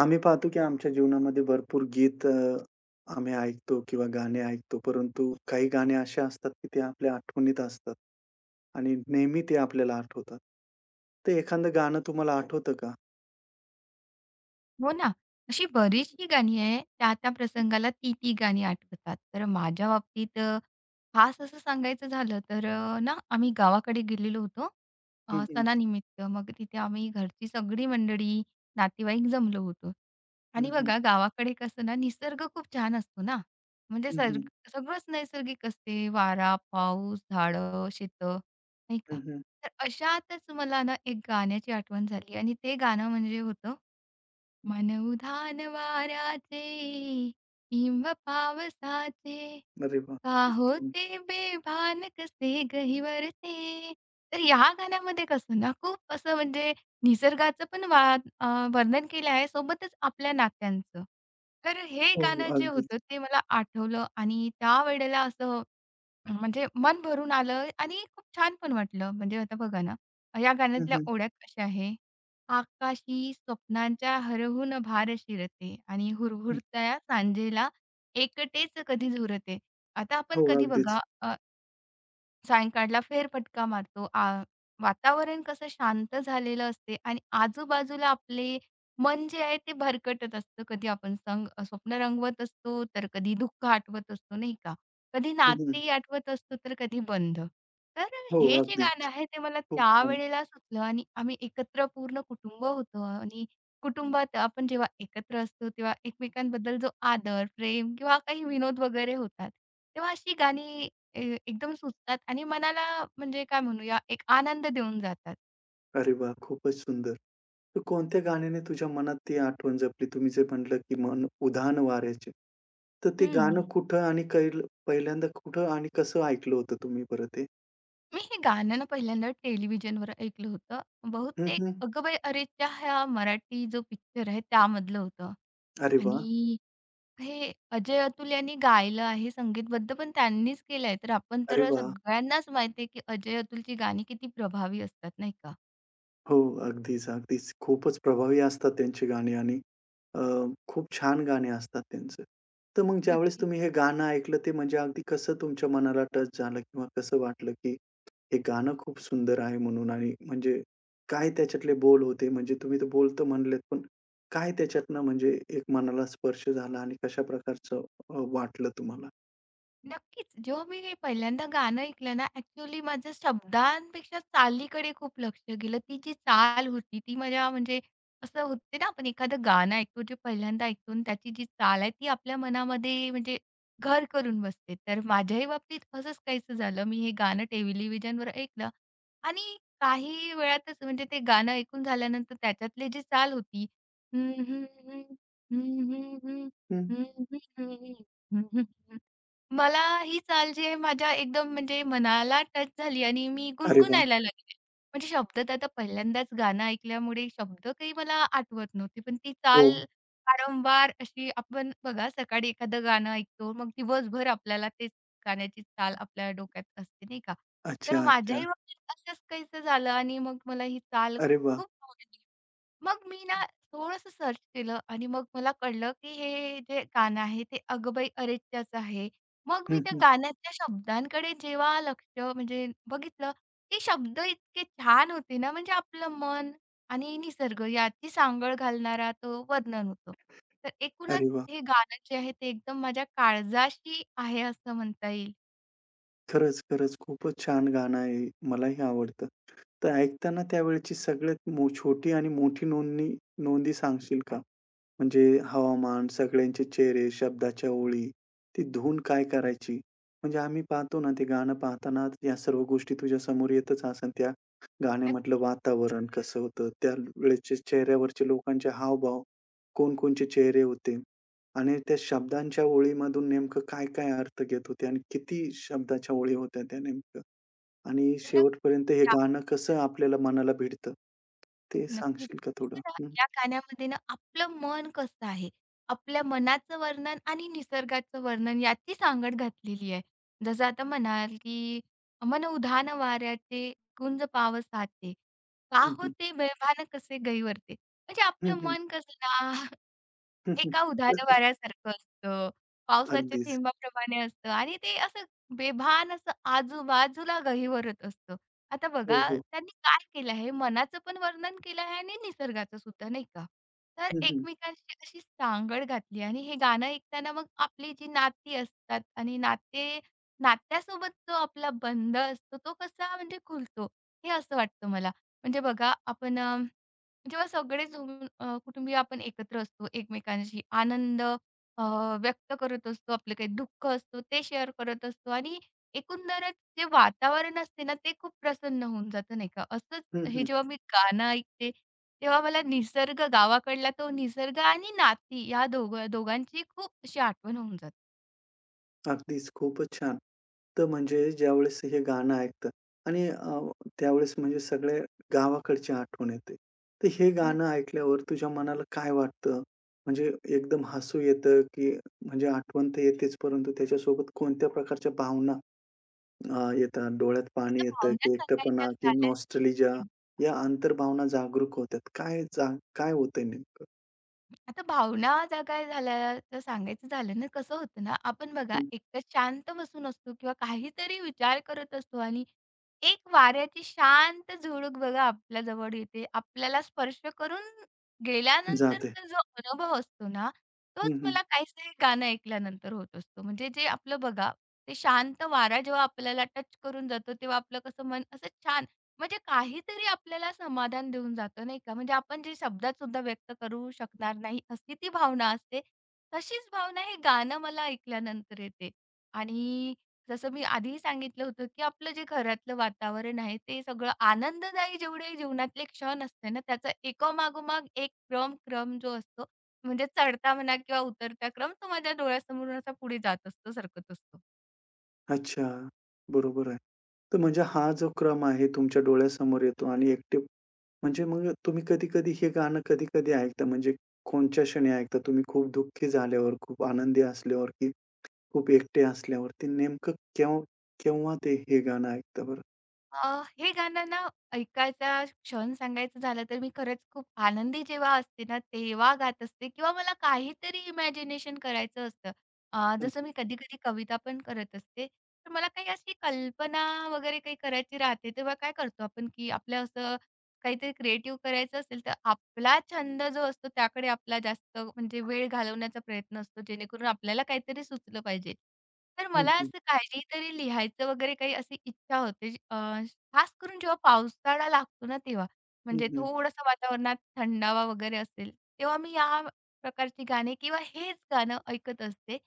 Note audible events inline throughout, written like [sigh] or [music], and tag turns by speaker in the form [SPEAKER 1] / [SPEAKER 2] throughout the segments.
[SPEAKER 1] आम्ही पाहतो की आमच्या जीवनामध्ये भरपूर गीत आम्ही ऐकतो किंवा गाणे ऐकतो. परंतु काही गाणे असे असतात की ते आपल्या आठवणीत असतात आणि नेहमी ते आपल्याला आठवतात. तर एखादं गाणं तुम्हाला आठवतं का?
[SPEAKER 2] हो ना. अशी बरीचशी गाणी आहे, त्या-त्या प्रसंगाला ती-ती गाणी आठवतात. तर माझ्या बाबतीत खास असं सांगायचं झालं तर ना आम्ही गावाकडे गेलेलो होतो
[SPEAKER 1] हं, हं,
[SPEAKER 2] सणानिमित्त. मग तिथे आम्ही घरची सगळी मंडळी, नातेवाईक जमलो होतो.
[SPEAKER 1] हं,
[SPEAKER 2] आणि
[SPEAKER 1] हं,
[SPEAKER 2] बघा गावाकडे कसं ना निसर्ग खूप छान असतो ना. म्हणजे
[SPEAKER 1] हं,
[SPEAKER 2] सर्ग
[SPEAKER 1] हं,
[SPEAKER 2] सगळंच नैसर्गिक असते. वारा, पाऊस, झाडं, शेतं नाही का?
[SPEAKER 1] हं, हं.
[SPEAKER 2] तर अशातच मला ना एक गाण्याची आठवण झाली आणि ते गाणं म्हणजे होतं मन उधाण वाऱ्याचे हिंव पावसाचे
[SPEAKER 1] अरे वाह!
[SPEAKER 2] का
[SPEAKER 1] खूप छान.
[SPEAKER 2] होते बेभान कसे गहिवरते. तर या गाण्यामध्ये कसं ना खूप असं म्हणजे निसर्गाचं पण वा अ, वर्णन केलं आहे सोबतच आपल्या नात्यांचं. तर हे
[SPEAKER 1] हो, हो.
[SPEAKER 2] गाणं जे
[SPEAKER 1] अगदीच.
[SPEAKER 2] होतं ते मला आठवलं आणि त्यावेळेला असं म्हणजे मन भरून आलं आणि खूप छान पण वाटलं. म्हणजे आता बघा ना, या
[SPEAKER 1] हं,
[SPEAKER 2] गाण्यातल्या
[SPEAKER 1] हं,
[SPEAKER 2] ओळ्या कशा आहे? आकाशी स्वप्नांच्या हरहून भार शिरते आणि
[SPEAKER 1] हं.
[SPEAKER 2] हुरहुरत्या सांजेला एकटेच कधी झुरते. आता
[SPEAKER 1] हो,
[SPEAKER 2] आपण कधी
[SPEAKER 1] अगदीच.
[SPEAKER 2] बघा सायंकाळला फेरफटका मारतो. वातावरण कसं शांत झालेलं असते आणि आजूबाजूला आपले मन जे आहे ते भरकटत असतं. कधी आपण संग स्वप्न रंगवत असतो, तर कधी दुःख आठवत असतो, नाही का? कधी
[SPEAKER 1] हं, हं.
[SPEAKER 2] नाती आठवत असतो, तर कधी बंध. तर
[SPEAKER 1] हो,
[SPEAKER 2] हे जे गाणं
[SPEAKER 1] अगदीच.
[SPEAKER 2] आहे ते मला
[SPEAKER 1] खूप छान.
[SPEAKER 2] त्यावेळेला सुचलं आणि आम्ही एकत्र पूर्ण कुटुंब होतो आणि कुटुंबात आपण जेव्हा एकत्र असतो, तेव्हा एकमेकांबद्दल जो आदर, प्रेम किंवा काही विनोद वगैरे होतात, तेव्हा अशी गाणी एकदम सुचतात आणि मनाला म्हणजे काय म्हणूया एक आनंद देऊन जातात.
[SPEAKER 1] अरे वाह! खूपच सुंदर. तर कोणत्या गाण्याने तुझ्या मनात ती आठवण जपली? तुम्ही जे म्हटलं, की मन उधाण वाऱ्याचे. तर ते गाणं
[SPEAKER 2] हं.
[SPEAKER 1] कुठं आणि कैल पहिल्यांदा कुठं आणि कसं ऐकलं होतं तुम्ही बरं ते?
[SPEAKER 2] मी हे गाणं ना पहिल्यांदा टेलिव्हिजनवर ऐकलं होतं.
[SPEAKER 1] हं,
[SPEAKER 2] बहुतेक
[SPEAKER 1] हं.
[SPEAKER 2] "अगं बाई अरेच्या" हा मराठी जो पिक्चर आहे त्यामधलं होतं
[SPEAKER 1] अरे वाह!
[SPEAKER 2] आणि हे अजय अतुल यांनी गायलं आहे संगीतबद्ध, पण त्यांनीच केलं आहे. तर आपण
[SPEAKER 1] अरे
[SPEAKER 2] तर
[SPEAKER 1] वाह!
[SPEAKER 2] सगळ्यांनाच माहिती आहे, की अजय अतुलची गाणी किती प्रभावी असतात, नाही का?
[SPEAKER 1] हो, अगदीच, अगदीच. खूपच प्रभावी असतात त्यांची गाणी आणि अ, खूप छान गाणी असतात त्यांचं. तर मग ज्यावेळेस
[SPEAKER 2] नक्कीच.
[SPEAKER 1] तुम्ही हे गाणं ऐकलं, ते म्हणजे अगदी कसं तुमच्या मनाला टच झालं किंवा कसं वाटलं, की हे गाणं खूप सुंदर आहे म्हणून आणि म्हणजे काय त्याच्यातले बोल होते? म्हणजे तुम्ही तर बोल तर म्हणलेत, पण काय त्याच्यातनं म्हणजे एक मनाला स्पर्श झाला आणि कशा प्रकारचं वाटलं तुम्हाला?
[SPEAKER 2] नक्कीच. जेव्हा मी पहिल्यांदा गाणं ऐकलं ना, ॲक्चुअली माझं शब्दांपेक्षा चालीकडे खूप लक्ष गेलं. ती जी चाल होती, ती माझ्या म्हणजे असं होते ना, आपण एखादं गाणं ऐकतो, जे पहिल्यांदा ऐकतो आणि त्याची जी चाल आहे, ती आपल्या मनामध्ये म्हणजे घर करून बसते. तर माझ्याही बाबतीत असंच काहीसं झालं. मी हे गाणं टेलिव्हिजनवर ऐकलं आणि काही वेळातच म्हणजे ते गाणं ऐकून झाल्यानंतर त्याच्यातली जी चाल होती हम्म, हम्म, हम्म, हम्म, हम्म,
[SPEAKER 1] हं.
[SPEAKER 2] हम्म, हम्म, हम्म, हम्म, हम्म, मला ही चाल जी आहे माझ्या एकदम म्हणजे मनाला टच झाली आणि मी
[SPEAKER 1] अरे वाह!
[SPEAKER 2] गुणगुणायला लागले. म्हणजे शब्द तर आता पहिल्यांदाच गाणं ऐकल्यामुळे शब्द काही मला आठवत नव्हते. पण ती
[SPEAKER 1] हो.
[SPEAKER 2] चाल वारंवार अशी आपण बघा सकाळी एखादं गाणं ऐकतो, मग दिवसभर आपल्याला तेच गाण्याची चाल आपल्या डोक्यात असते, नाही का?
[SPEAKER 1] अच्छा,
[SPEAKER 2] तर
[SPEAKER 1] अच्छा.
[SPEAKER 2] माझ्याही बाबतीत असंच काहीसं झालं आणि मग मला ही चाल
[SPEAKER 1] अरे वाह!
[SPEAKER 2] खूप आवडली. मग मी ना थोडंसं सर्च केलं आणि मग मला कळलं, की हे जे गाणं आहे ते "अगं बाई अरेच्चाचं" आहे. मग मी
[SPEAKER 1] हं,
[SPEAKER 2] त्या
[SPEAKER 1] हं.
[SPEAKER 2] गाण्याच्या शब्दांकडे जेव्हा लक्ष म्हणजे बघितलं, ते शब्द इतके छान होते ना, म्हणजे आपलं मन आणि निसर्ग याची सांगड घालणारा तो वर्णन होतं. तर एकूणच
[SPEAKER 1] अरे वाह!
[SPEAKER 2] हे गाणं जे आहे ते एकदम माझ्या काळजाशी आहे असं म्हणता येईल.
[SPEAKER 1] खरंच, खरंच खूपच छान गाणं आहे. मलाही आवडतं. तर ऐकताना त्यावेळची सगळ्यात मो छोटी आणि मोठी नोंदणी नोंदी सांगशील का? म्हणजे हवामान, सगळ्यांचे चेहरे, शब्दाच्या ओळी, ती धून काय करायची? म्हणजे आम्ही पाहतो ना, ते गाणं पाहताना या सर्व गोष्टी तुझ्या समोर येतच असन. त्या गाण्यामधलं
[SPEAKER 2] नक्की,
[SPEAKER 1] वातावरण कसं होतं, त्यावेळेचे चेहऱ्यावरचे लोकांचे हावभाव, कोणकोणचे चेहरे होते आणि त्या शब्दांच्या ओळीमधून नेमकं काय-काय अर्थ घेत होते आणि किती शब्दाच्या ओळी होत्या त्या नेमकं आणि शेवटपर्यंत हे
[SPEAKER 2] नक्की.
[SPEAKER 1] गाणं कसं आपल्याला मनाला भिडतं? ते
[SPEAKER 2] नक्कीच.
[SPEAKER 1] सांगशील का थोडं?
[SPEAKER 2] कसं ना,
[SPEAKER 1] हं.
[SPEAKER 2] या गाण्यामध्ये ना आपलं मन कसं आहे, आपल्या मनाचं वर्णन आणि निसर्गाचं वर्णन याची सांगड घातलेली आहे. जसं आता म्हणाल, की "मन उधाण वाऱ्याचे गुंज पावसाचे,
[SPEAKER 1] हं,
[SPEAKER 2] पाहो
[SPEAKER 1] हं.
[SPEAKER 2] ते बेभान कसे गैरवरते." म्हणजे
[SPEAKER 1] हं,
[SPEAKER 2] आपलं
[SPEAKER 1] हं.
[SPEAKER 2] मन कसं ना
[SPEAKER 1] [laughs] हं,
[SPEAKER 2] एका उधार
[SPEAKER 1] हं.
[SPEAKER 2] वाऱ्यासारखं असतं. पावसाच्या
[SPEAKER 1] अगदीच.
[SPEAKER 2] थेंबाप्रमाणे असतं आणि ते असं बेभान असं आजूबाजूला गहिवरत असतं. आता
[SPEAKER 1] हो,
[SPEAKER 2] बघा
[SPEAKER 1] हो.
[SPEAKER 2] त्यांनी काय केलं आहे, मनाचं पण वर्णन केलं आहे आणि निसर्गाचं सुद्धा नाही का. तर
[SPEAKER 1] हं, हं.
[SPEAKER 2] एकमेकांशी अशी सांगड घातली आणि हे गाणं ऐकताना मग आपली जी नाती असतात आणि नाते नात्यासोबत जो आपला बंध असतो तो कसा म्हणजे खुलतो, हे असं वाटतं मला. म्हणजे बघा आपण अ जेव्हा सगळे जमून कुटुंबीय आपण एकत्र असतो, एकमेकांशी आनंद व्यक्त करत असतो, आपलं काही दुःख असतो ते शेअर करत असतो आणि एकंदरच जे वातावरण असते ना, ते खूप प्रसन्न होऊन जातं नाही का. असंच
[SPEAKER 1] हं,
[SPEAKER 2] हे
[SPEAKER 1] हं.
[SPEAKER 2] जेव्हा मी गाणं ऐकते, तेव्हा मला निसर्ग गावाकडला तो निसर्ग आणि नाती या दोघं दोघांची खूप अशी आठवण होऊन जाते.
[SPEAKER 1] अगदीच खूपच छान. तर म्हणजे ज्यावेळेस हे गाणं ऐकतं आणि त्यावेळेस म्हणजे सगळ्या गावाकडची आठवण येते. तर हे गाणं ऐकल्यावर तुझ्या मनाला काय वाटतं? म्हणजे एकदम हसू येतं, की म्हणजे आठवण तर येतेच, परंतु त्याच्यासोबत कोणत्या प्रकारच्या भावना येतात? डोळ्यात पाणी येतं,
[SPEAKER 2] भावना
[SPEAKER 1] की
[SPEAKER 2] सांगायच्या
[SPEAKER 1] एकटेपणा, की
[SPEAKER 2] झाल्या
[SPEAKER 1] नॉस्टॅल्जिया या अंतर्भावना जागरूक होतात? काय जा काय होतंय नेमकं?
[SPEAKER 2] आता भावना जागा झाल्याचं सांगायचं झालं ना, कसं होतं ना, आपण बघा
[SPEAKER 1] हं,
[SPEAKER 2] एकतर शांत बसून असतो किंवा काहीतरी विचार करत असतो आणि एक वाऱ्याची शांत झुळूक बघा आपल्या जवळ येते. आपल्याला स्पर्श करून
[SPEAKER 1] जाते.
[SPEAKER 2] गेल्यानंतरचा जो अनुभव असतो ना, तोच
[SPEAKER 1] हं, हं.
[SPEAKER 2] मला काहीसं गाणं ऐकल्यानंतर होत असतो. म्हणजे जे आपलं बघा, ते शांत वारा जेव्हा आपल्याला टच करून जातो, तेव्हा आपलं कसं मन असं छान म्हणजे काहीतरी आपल्याला समाधान देऊन जातं नाही का? म्हणजे आपण जे शब्दात सुद्धा व्यक्त करू शकणार नाही, अशी ती भावना असते. तशीच भावना हे गाणं मला ऐकल्यानंतर येते. आणि जसं मी आधीही सांगितलं होतं, की आपलं जे घरातलं वातावरण आहे, ते सगळं आनंददायी जेवढे जीवनातले क्षण असते ना, त्याचा एकामागोमाग एक क्रम-क्रम जो असतो, म्हणजे चढता म्हणा किंवा उतरता क्रम, तो माझ्या डोळ्यासमोरून असा पुढे जात असतो, सरकत असतो.
[SPEAKER 1] अच्छा, बरोबर आहे. तर म्हणजे हा जो क्रम आहे तुमच्या डोळ्यासमोर येतो आणि एकटे म्हणजे मग तुम्ही हे गाणं कधी-कधी ऐकता म्हणजे कोणत्या क्षणी ऐकता तुम्ही? खूप दुःखी झाल्यावर, खूप आनंदी असल्यावर, की खूप एकटे असल्यावर? ते नेमकं केव्हा केव्हा ते हे गाणं ऐकता बरं?
[SPEAKER 2] हे गाणं ना ऐकायचा क्षण सांगायचं झालं तर मी खरंच खूप आनंदी जेव्हा असते ना, तेव्हा गात असते किंवा मला काहीतरी इमॅजिनेशन करायचं असतं.
[SPEAKER 1] हं,
[SPEAKER 2] जसं
[SPEAKER 1] हं.
[SPEAKER 2] मी कधी-कधी कविता पण करत असते. तर मला काही अशी कल्पना वगैरे काही करायची राहते, तेव्हा काय करतो आपण, की आपलं असं काहीतरी क्रिएटिव्ह करायचं असेल, तर आपला छंद जो असतो त्याकडे आपला जास्त म्हणजे वेळ घालवण्याचा प्रयत्न असतो, जेणेकरून आपल्याला काहीतरी सुचलं पाहिजे. तर
[SPEAKER 1] हं,
[SPEAKER 2] मला
[SPEAKER 1] हं.
[SPEAKER 2] असं काहीतरी लिहायचं वगैरे काही अशी इच्छा होते जी- खास करून जेव्हा पावसाळा लागतो ना तेव्हा. म्हणजे
[SPEAKER 1] हं,
[SPEAKER 2] थोडंसं वातावरणात थंडावा वगैरे असेल, तेव्हा मी या प्रकारची गाणी किंवा हेच गाणं ऐकत असते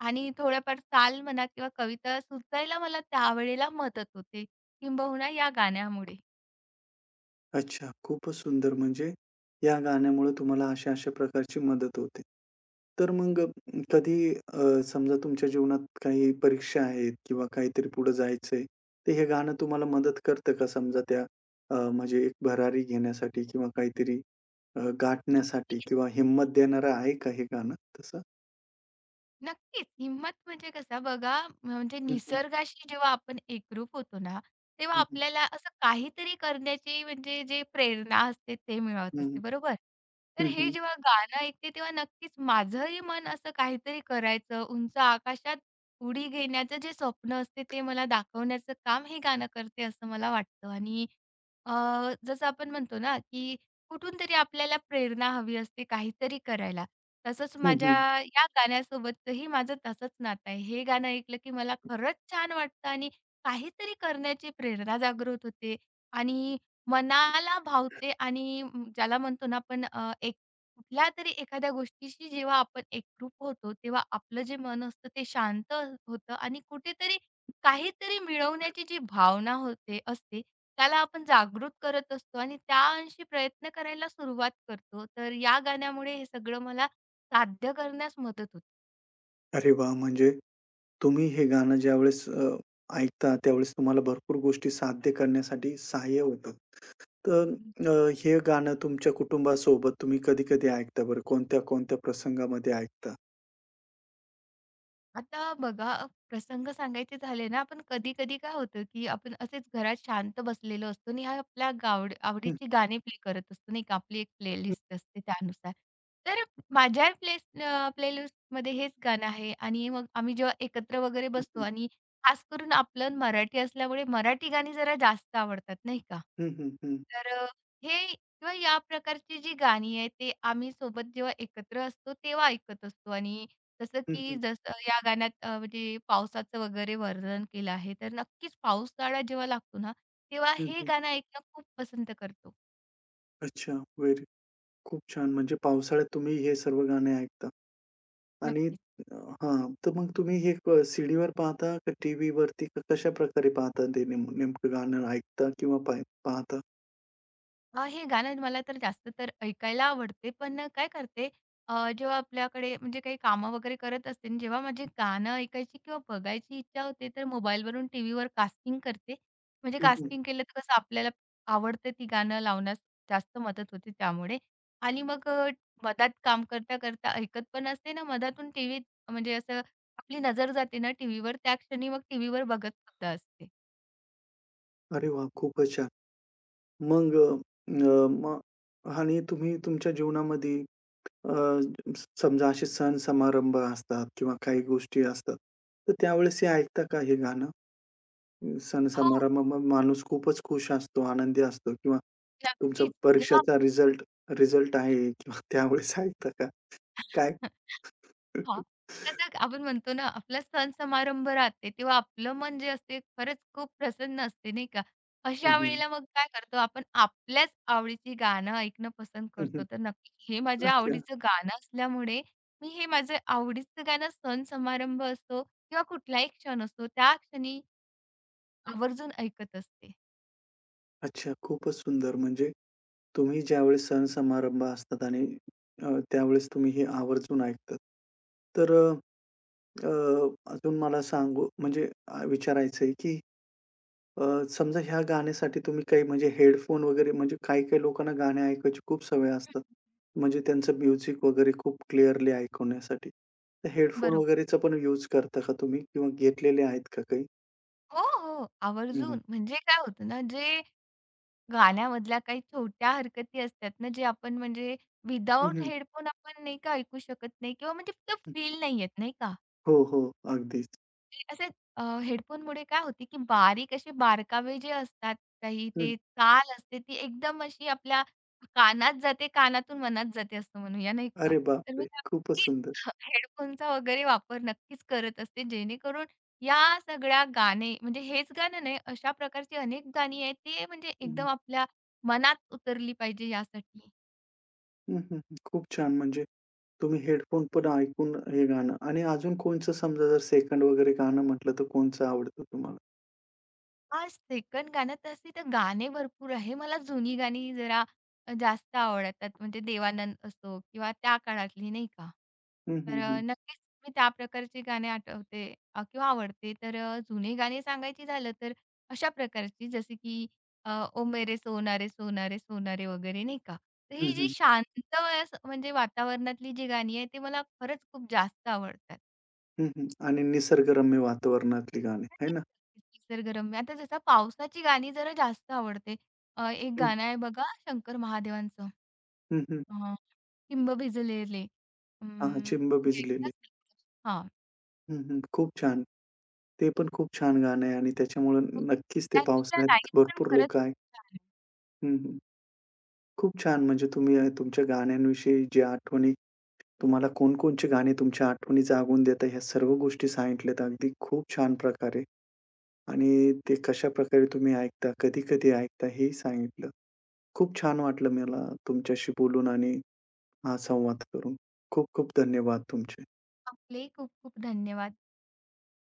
[SPEAKER 2] आणि थोड्याफार चाल म्हणा किंवा कविता सुचायला मला त्यावेळेला मदत होते किंबहुना या गाण्यामुळे.
[SPEAKER 1] अच्छा, खूपच सुंदर. म्हणजे या गाण्यामुळे तुम्हाला अशा-अशा प्रकारची मदत होते. तर मग कधी समजा तुमच्या जीवनात काही परीक्षा आहेत किंवा काहीतरी पुढे जायचंय, तर हे गाणं तुम्हाला मदत करतं का समजा त्या म्हणजे एक भरारी घेण्यासाठी किंवा काहीतरी गाठण्यासाठी किंवा हिंमत देणारं आहे का हे गाणं तसं?
[SPEAKER 2] नक्कीच. हिंमत म्हणजे कसं बघा, म्हणजे
[SPEAKER 1] हं, हं.
[SPEAKER 2] निसर्गाशी जेव्हा आपण एकरूप होतो ना, तेव्हा
[SPEAKER 1] हं, हं.
[SPEAKER 2] आपल्याला असं काहीतरी करण्याची म्हणजे जे प्रेरणा असते ते
[SPEAKER 1] हं,
[SPEAKER 2] मिळत असते,
[SPEAKER 1] हं.
[SPEAKER 2] बरोबर? तर हे
[SPEAKER 1] हं,
[SPEAKER 2] जेव्हा गाणं ऐकते तेव्हा नक्कीच माझंही मन असं काहीतरी करायचं, उंच आकाशात उडी घेण्याचं जे स्वप्न असते ते मला दाखवण्याचं काम हे गाणं करते असं मला वाटतं आणि अ, जसं आपण म्हणतो ना, की कुठून तरी आपल्याला प्रेरणा हवी असते काहीतरी करायला. तसंच माझ्या या गाण्यासोबतही माझं तसंच नातं आहे. हे गाणं ऐकलं की मला खरंच छान वाटतं आणि काहीतरी करण्याची प्रेरणा जागृत होते आणि मनाला भावते आणि म, ज्याला म्हणतो ना आपण एक कुठल्यातरी एखाद्या गोष्टीशी जेव्हा आपण एकरूप होतो, तेव्हा आपलं जे मन असतं ते शांत होतं आणि कुठेतरी काहीतरी मिळवण्याची जी भावना होते असते, त्याला आपण जागृत करत असतो आणि त्या अंशी प्रयत्न करायला सुरुवात करतो. तर या गाण्यामुळे हे सगळं मला साध्य करण्यास मदत होते.
[SPEAKER 1] अरे वाह! म्हणजे तुम्ही हे गाणं ज्यावेळेस ऐकता, त्यावेळेस तुम्हाला भरपूर गोष्टी साध्य करण्यासाठी सहाय्य होतं. तर अ, हे गाणं तुमच्या कुटुंबासोबत तुम्ही कधी-कधी ऐकता बरं? कोणत्या-कोणत्या प्रसंगामध्ये ऐकता?
[SPEAKER 2] आता बघा, प्रसंग सांगायचे झाले ना, आपण कधी-कधी काय होतं, की आपण असेच घरात शांत बसलेलो असतो आणि हा आपल्या गावड
[SPEAKER 1] हं.
[SPEAKER 2] आवडीची गाणी प्ले करत असतो, नाही का. आपली एक प्लेलिस्ट असते त्यानुसार. तर माझ्या प्लेस प्लेलिस्टमध्ये हेच गाणं आहे आणि मग आम्ही जेव्हा एकत्र वगैरे
[SPEAKER 1] हं,
[SPEAKER 2] बसतो
[SPEAKER 1] हं, हं.
[SPEAKER 2] आणि खास करून आपलं मराठी असल्यामुळे मराठी गाणी जरा जास्त आवडतात, नाही का.
[SPEAKER 1] हं, हं, हं.
[SPEAKER 2] तर हे किंवा या प्रकारची जी गाणी आहेत, ते आम्ही सोबत जेव्हा एकत्र असतो, तेव्हा ऐकत असतो आणि जसं
[SPEAKER 1] हं,
[SPEAKER 2] की
[SPEAKER 1] हं.
[SPEAKER 2] जसं या गाण्यात म्हणजे पावसाचं वगैरे वर्णन केलं आहे, तर नक्कीच पावसाळा जेव्हा लागतो ना, तेव्हा
[SPEAKER 1] हं,
[SPEAKER 2] हे
[SPEAKER 1] हं.
[SPEAKER 2] गाणं ऐकणं खूप पसंत करतो.
[SPEAKER 1] अच्छा. व्हेरी खूप छान. म्हणजे पावसाळ्यात तुम्ही हे सर्व गाणे ऐकता आणि
[SPEAKER 2] नक्कीच.
[SPEAKER 1] अ, हां. तर मग तुम्ही हे क सीडीवर पाहता का टीव्हीवरती? कशाप्रकारे पाहता ते नेम नेमकं गाणं ऐकता किंवा पाह पाहता?
[SPEAKER 2] हे गाणं मला तर जास्त तर ऐकायला आवडते. पण काय करते जेव्हा आपल्याकडे म्हणजे काही कामं वगैरे करत असते आणि जेव्हा माझी गाणं ऐकायची किंवा बघायची इच्छा होते, तर मोबाईलवरून टीव्हीवर कास्टिंग करते. म्हणजे
[SPEAKER 1] हं, हं.
[SPEAKER 2] कास्टिंग केलं तर कसं आपल्याला आवडतं ती गाणं लावण्यास जास्त मदत होते त्यामुळे. आणि मग मधात काम करता-करता ऐकत पण असते ना मधातून टीव्हीत म्हणजे असं आपली नजर जाते ना टीव्हीवर, त्या क्षणी मग टीव्हीवर बघत सुद्धा असते.
[SPEAKER 1] अरे वाह! खूपच छान. मग अ, अ, मग आणि तुम्ही तुमच्या जीवनामध्ये अ, समजा असे सण समारंभ असतात किंवा काही गोष्टी असतात, तर त्यावेळेस हे ऐकता का हे गाणं? सण
[SPEAKER 2] हो,
[SPEAKER 1] समारंभामध्ये माणूस खूपच खुश असतो, आनंदी असतो किंवा तुमचा
[SPEAKER 2] नक्कीच. जेव्हा
[SPEAKER 1] परीक्षाचा रिझल्ट रिझल्ट आहे किंवा त्यावेळेस ऐकता का? काय?
[SPEAKER 2] हां.
[SPEAKER 1] [laughs]
[SPEAKER 2] कसं आपण म्हणतो ना, आपला सण-समारंभ राहते, तेव्हा आपलं मन जे असते खरंच खूप प्रसन्न असते, नाही का?
[SPEAKER 1] हं,
[SPEAKER 2] अशा
[SPEAKER 1] हं.
[SPEAKER 2] वेळेला मग काय करतो आपण आपल्याच आवडीची गाणं ऐकणं पसंत
[SPEAKER 1] हं,
[SPEAKER 2] करतो.
[SPEAKER 1] हं.
[SPEAKER 2] तर नक्की हे माझ्या
[SPEAKER 1] अच्छा.
[SPEAKER 2] आवडीचं गाणं असल्यामुळे मी हे माझं आवडीचं गाणं सण-समारंभ असतो किंवा कुठलाही क्षण असतो, त्या क्षणी आवर्जून ऐकत असते.
[SPEAKER 1] अच्छा, खूपच सुंदर. म्हणजे तुम्ही ज्यावेळेस सण-समारंभ असतात आणि त्यावेळेस तुम्ही हे आवर्जून ऐकतात. तर अ, अ, अजून मला सांगू म्हणजे विचारायचं आहे, की अ, समजा ह्या गाण्यासाठी तुम्ही काही म्हणजे हेडफोन वगैरे म्हणजे काही-काही लोकांना गाणे ऐकायची खूप सवय असतात. म्हणजे त्यांचं म्युझिक वगैरे खूप क्लिअरली ऐकवण्यासाठी. तर हेडफोन
[SPEAKER 2] बरोबर.
[SPEAKER 1] वगैरेचा पण यूज करता का तुम्ही किंवा घेतलेले आहेत का काही?
[SPEAKER 2] हो, हो.
[SPEAKER 1] हं, हं.
[SPEAKER 2] आवर्जून. म्हणजे काय होतं ना, जे गाण्यामधल्या काही छोट्या हरकती असतात ना, जे आपण म्हणजे विदाऊट हेडफोन आपण नाही का ऐकू शकत नाही किंवा म्हणजे ते फील नाही येत, नाही का?
[SPEAKER 1] हो, हो. अगदीच.
[SPEAKER 2] ते असे हेडफोनमुळे काय होते, की बारीक असे बारकावे जे असतात काही ते चाल असते ती एकदम अशी आपल्या कानात जाते, कानातून मनात जाते असं म्हणूया नाही का?
[SPEAKER 1] अरे
[SPEAKER 2] तर मी
[SPEAKER 1] बापरे! खूपच
[SPEAKER 2] नक्कीच
[SPEAKER 1] सुंदर.
[SPEAKER 2] [laughs] हेडफोनचा वगैरे वापर नक्कीच करत असते. जेणेकरून या सगळ्या गाणे म्हणजे हेच गाणं नाही, अशा प्रकारची अनेक गाणी आहेत, ते म्हणजे
[SPEAKER 1] हं,
[SPEAKER 2] एकदम आपल्या मनात उतरली पाहिजे यासाठी.
[SPEAKER 1] हं, हं, हं. खूप छान. म्हणजे तुम्ही हेडफोन पण ऐकून हे गाणं आणि अजून कोणचं समजा जर सेकंड वगैरे गाणं म्हटलं, तर कोणचं आवडतं तुम्हाला?
[SPEAKER 2] हां, सेकंड गाणं तसे तर गाणे भरपूर आहे. मला जुनी गाणी जरा जास्त आवडतात. म्हणजे देवानंद असो किंवा त्या काळातली नाही का.
[SPEAKER 1] हं,
[SPEAKER 2] तर
[SPEAKER 1] हं, हं.
[SPEAKER 2] नक्कीच मी त्या प्रकारची गाणी आठवते किंवा आवडते. तर जुने गाणी सांगायची झालं तर अशा प्रकारची जसे की अ, ओ मेरे सोना रे सोना वगैरे नाही का. तर ही
[SPEAKER 1] हं,
[SPEAKER 2] जी
[SPEAKER 1] हं.
[SPEAKER 2] शांत असं म्हणजे वातावरणातली जी गाणी आहेत, ती मला खरंच खूप जास्त आवडतात.
[SPEAKER 1] हं, हं. आणि निसर्गरम्य वातावरणातली गाणी, आहे ना?
[SPEAKER 2] निसर्गरम्य. आता जसं पावसाची गाणी जरा जास्त आवडते. एक
[SPEAKER 1] हं,
[SPEAKER 2] गाणं आहे बघा शंकर महादेवांचं
[SPEAKER 1] हं, हं.
[SPEAKER 2] अ, "हिंब भिजलेले."
[SPEAKER 1] हां,
[SPEAKER 2] अं,
[SPEAKER 1] चिंब
[SPEAKER 2] तुम्ही
[SPEAKER 1] भिजलेली.
[SPEAKER 2] ऐकलंच नक्कीच. हां.
[SPEAKER 1] हं, हं. खूप छान. ते पण खूप छान गाणं आहे आणि त्याच्यामुळे
[SPEAKER 2] हो.
[SPEAKER 1] नक्कीच ते
[SPEAKER 2] त्यातल्या
[SPEAKER 1] पावसाळ्यात
[SPEAKER 2] लाईन पण
[SPEAKER 1] भरपूर
[SPEAKER 2] खरंच
[SPEAKER 1] लोकं आहे.
[SPEAKER 2] छान आहे.
[SPEAKER 1] हं, हं. खूप छान. म्हणजे तुम्ही तुमच्या गाण्यांविषयी जी आठवणी तुम्हाला कोणकोणची गाणी तुमच्या आठवणी जागवून देतात ह्या सर्व गोष्टी सांगितल्यात अगदी खूप छान प्रकारे आणि ते कशाप्रकारे तुम्ही ऐकता, कधी-कधी ऐकता हेही सांगितलं. खूप छान वाटलं मला तुमच्याशी बोलून आणि हा संवाद करून. खूप खूप धन्यवाद तुमचे.
[SPEAKER 2] आपले खूप खूप धन्यवाद.